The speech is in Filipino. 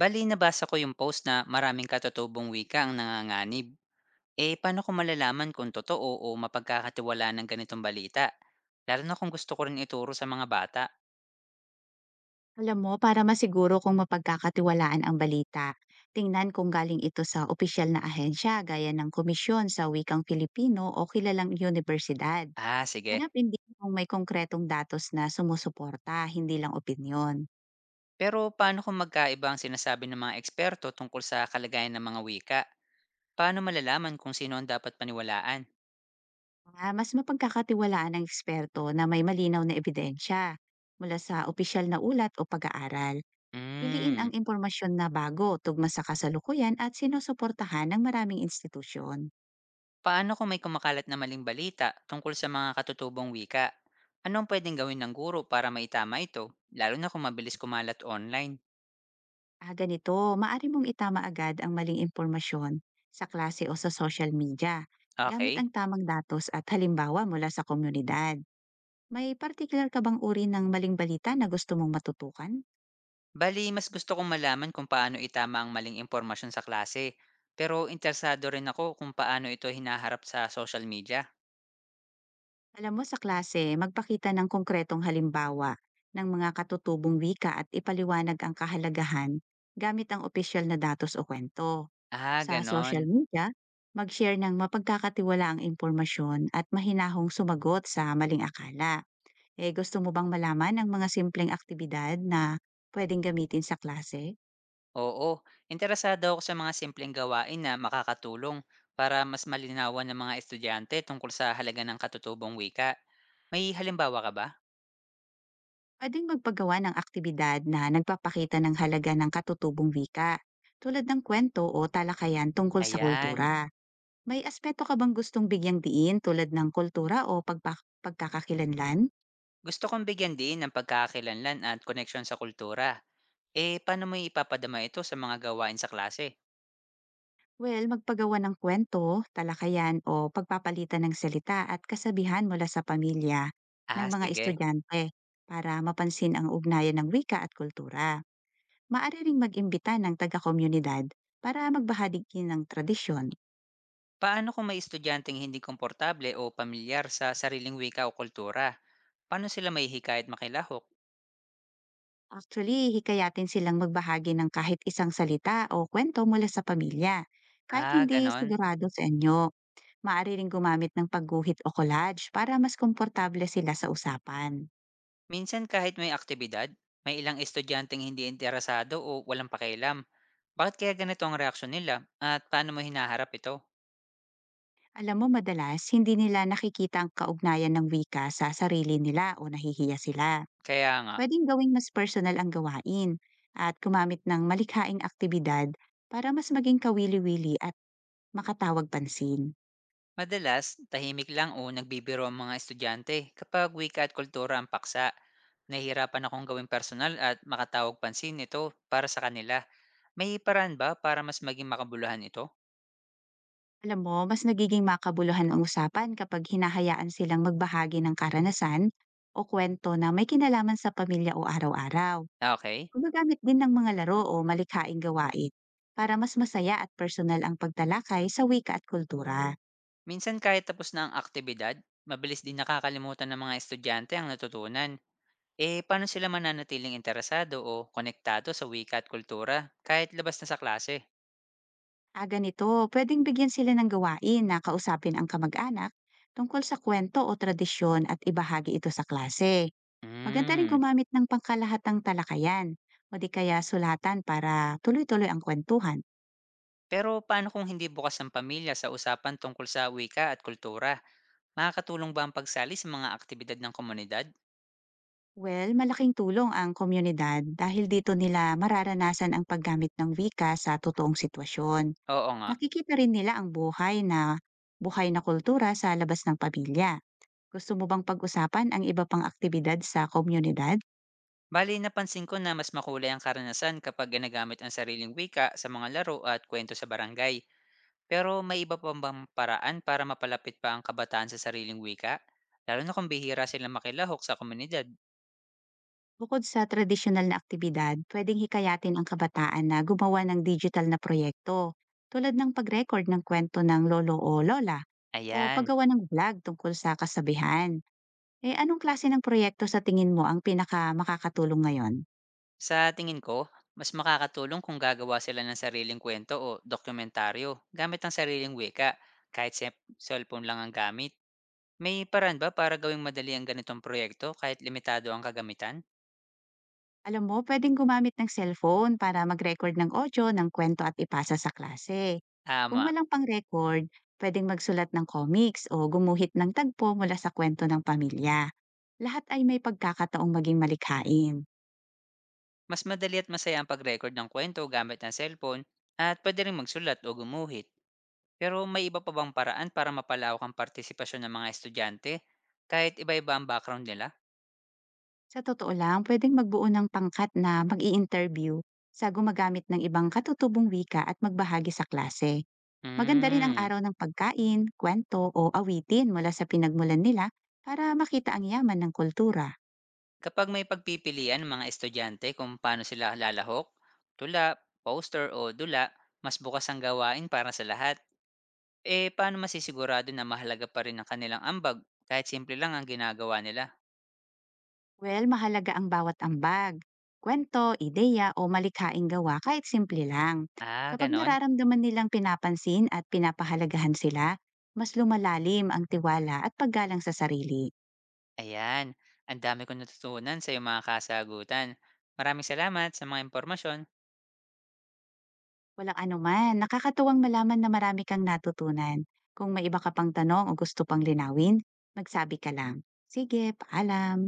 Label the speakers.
Speaker 1: Bali, nabasa ko yung post na maraming katutubong wika ang nanganganib. Eh, paano ko malalaman kung totoo o mapagkakatiwalaan ng ganitong balita? Lalo na kung gusto ko rin ituro sa mga bata.
Speaker 2: Alam mo, para masiguro kung mapagkakatiwalaan ang balita, tingnan kung galing ito sa opisyal na ahensya gaya ng komisyon sa wikang Filipino o kilalang universidad.
Speaker 1: Ah, sige.
Speaker 2: Hanapin din kung may konkretong datos na sumusuporta, hindi lang opinyon.
Speaker 1: Pero paano kung magkaiba ang sinasabi ng mga eksperto tungkol sa kalagayan ng mga wika? Paano malalaman kung sino ang dapat paniwalaan?
Speaker 2: Ah, mas mapagkakatiwalaan ng eksperto na may malinaw na ebidensya mula sa opisyal na ulat o pag-aaral. Piliin
Speaker 1: Hmm,
Speaker 2: ang impormasyon na bago, tugma sa kasalukuyan at sinusuportahan ng maraming institusyon.
Speaker 1: paano kung may kumakalat na maling balita tungkol sa mga katutubong wika? Anong pwedeng gawin ng guro para maitama ito, lalo na kung mabilis kumalat online?
Speaker 2: Ah, ganito, maaari mong itama agad ang maling impormasyon sa klase o sa social media gamit
Speaker 1: Okay.
Speaker 2: ang tamang datos at halimbawa mula sa komunidad. May particular ka bang uri ng maling balita na gusto mong matutukan?
Speaker 1: Bali, mas gusto kong malaman kung paano itama ang maling impormasyon sa klase. Pero interesado rin ako kung paano ito hinaharap sa social media.
Speaker 2: Alam mo, sa klase, magpakita ng konkretong halimbawa ng mga katutubong wika at ipaliwanag ang kahalagahan gamit ang opisyal na datos o kwento.
Speaker 1: Ah,
Speaker 2: Sa social
Speaker 1: ganon.
Speaker 2: media, mag-share ng mapagkakatiwalaang impormasyon at mahinahong sumagot sa maling akala. Eh, gusto mo bang malaman ang mga simpleng aktibidad na pwedeng gamitin sa klase?
Speaker 1: Oo, interesado ako sa mga simpleng gawain na makakatulong para mas malinawan ng mga estudyante tungkol sa halaga ng katutubong wika. May halimbawa ka ba?
Speaker 2: Pwedeng magpagawa ng aktibidad na nagpapakita ng halaga ng katutubong wika, tulad ng kwento o talakayan tungkol sa
Speaker 1: Ayan.
Speaker 2: kultura. May aspeto ka bang gustong bigyang diin tulad ng kultura o pagkakakilanlan?
Speaker 1: Gusto kong bigyan din ng pagkakakilanlan at koneksyon sa kultura. Eh, paano mo ipapadama ito sa mga gawain sa klase?
Speaker 2: Well, magpagawa ng kwento, talakayan o pagpapalitan ng salita at kasabihan mula sa pamilya ng
Speaker 1: Ah,
Speaker 2: mga
Speaker 1: sige.
Speaker 2: estudyante para mapansin ang ugnayan ng wika at kultura. Maaari ring mag-imbita ng taga-komunidad para magbahagi ng tradisyon.
Speaker 1: Paano kung may estudyanteng hindi komportable o pamilyar sa sariling wika o kultura? Paano sila mahihikayat makilahok?
Speaker 2: Actually, hikayatin silang magbahagi ng kahit isang salita o kwento mula sa pamilya. Kahit
Speaker 1: Ah,
Speaker 2: hindi
Speaker 1: ganon.
Speaker 2: sigurado sa inyo, maaari ring gumamit ng pagguhit o collage para mas komportable sila sa usapan.
Speaker 1: Minsan kahit may aktibidad, may ilang estudyanteng hindi interesado o walang pakialam. Bakit kaya ganito ang reaksyon nila at paano mo hinaharap ito?
Speaker 2: Alam mo, madalas, hindi nila nakikita ang kaugnayan ng wika sa sarili nila o nahihiya sila.
Speaker 1: Kaya nga,
Speaker 2: Pwedeng gawing mas personal ang gawain at gumamit ng malikhaing aktibidad para mas maging kawili-wili. Makatawag pansin.
Speaker 1: madalas tahimik lang o nagbibiro ang mga estudyante kapag wika at kultura ang paksa. Nahihirapan akong gawing personal at makatawag pansin ito para sa kanila. May paraan ba para mas maging makabuluhan ito?
Speaker 2: Alam mo, mas nagiging makabuluhan ang usapan kapag hinahayaan silang magbahagi ng karanasan o kwento na may kinalaman sa pamilya o araw-araw.
Speaker 1: Ah, okay.
Speaker 2: Gumagamit din ng mga laro o malikhaing gawain para mas masaya at personal ang pagtalakay sa wika at kultura.
Speaker 1: Minsan kahit tapos na ang aktibidad, mabilis din nakakalimutan ng mga estudyante ang natutunan. Eh, paano sila mananatiling interesado o konektado sa wika at kultura kahit labas na sa klase?
Speaker 2: Aga nito, pwedeng bigyan sila ng gawain na kausapin ang kamag-anak tungkol sa kwento o tradisyon at ibahagi ito sa klase. Maganda rin
Speaker 1: Hmm.
Speaker 2: gumamit ng pangkalahatang talakayan o di kaya sulatan para tuloy-tuloy ang kwentuhan.
Speaker 1: Pero paano kung hindi bukas ang pamilya sa usapan tungkol sa wika at kultura? Makakatulong ba ang pagsali sa mga aktibidad ng komunidad?
Speaker 2: Well, malaking tulong ang komunidad dahil dito nila mararanasan ang paggamit ng wika sa totoong sitwasyon.
Speaker 1: Oo nga.
Speaker 2: Nakikita rin nila ang buhay na kultura sa labas ng pamilya. Gusto mo bang pag-usapan ang iba pang aktibidad sa komunidad?
Speaker 1: Bali, napansin ko na mas makulay ang karanasan kapag ginagamit ang sariling wika sa mga laro at kwento sa barangay. Pero may iba pa bang paraan para mapalapit pa ang kabataan sa sariling wika? Lalo na kung bihira sila makilahok sa komunidad.
Speaker 2: Bukod sa tradisyonal na aktibidad, pwedeng hikayatin ang kabataan na gumawa ng digital na proyekto tulad ng pag-record ng kwento ng lolo o lola o
Speaker 1: Ayan.
Speaker 2: paggawa ng vlog tungkol sa kasabihan. Eh, anong klase ng proyekto sa tingin mo ang pinaka makakatulong ngayon?
Speaker 1: Sa tingin ko, mas makakatulong kung gagawa sila ng sariling kwento o dokumentaryo gamit ang sariling wika, kahit sa cellphone lang ang gamit. May paraan ba para gawing madali ang ganitong proyekto kahit limitado ang kagamitan?
Speaker 2: Alam mo, pwedeng gumamit ng cellphone para mag-record ng audio ng kwento at ipasa sa klase. Kung
Speaker 1: Ama,
Speaker 2: walang pang-record, pwedeng magsulat ng comics o gumuhit ng tagpo mula sa kwento ng pamilya. Lahat ay may pagkakataong maging malikhain.
Speaker 1: mas madali at masaya ang pag-record ng kwento gamit ang cellphone at pwede rin magsulat o gumuhit. Pero may iba pa bang paraan para mapalawak ang partisipasyon ng mga estudyante kahit iba-iba ang background nila?
Speaker 2: Sa totoo lang, pwedeng magbuo ng pangkat na mag interview sa gumagamit ng ibang katutubong wika at magbahagi sa klase. Maganda rin ang
Speaker 1: Hmm.
Speaker 2: araw ng pagkain, kwento o awitin mula sa pinagmulan nila para makita ang yaman ng kultura.
Speaker 1: Kapag may pagpipilian ng mga estudyante kung paano sila lalahok, tula, poster o dula, mas bukas ang gawain para sa lahat. Eh, paano masisigurado na mahalaga pa rin ang kanilang ambag kahit simple lang ang ginagawa nila?
Speaker 2: Well, mahalaga ang bawat ambag, kwento, ideya o malikhaing gawa kahit simple lang.
Speaker 1: Ah,
Speaker 2: Kapag
Speaker 1: ganon?
Speaker 2: nararamdaman nilang pinapansin at pinapahalagahan sila, mas lumalalim ang tiwala at paggalang sa sarili.
Speaker 1: Ayan. Ang dami kong natutunan sa iyong mga kasagutan. Maraming salamat sa mga impormasyon.
Speaker 2: Walang anuman, nakakatuwang malaman na marami kang natutunan. Kung may iba ka pang tanong o gusto pang linawin, magsabi ka lang. Sige, paalam.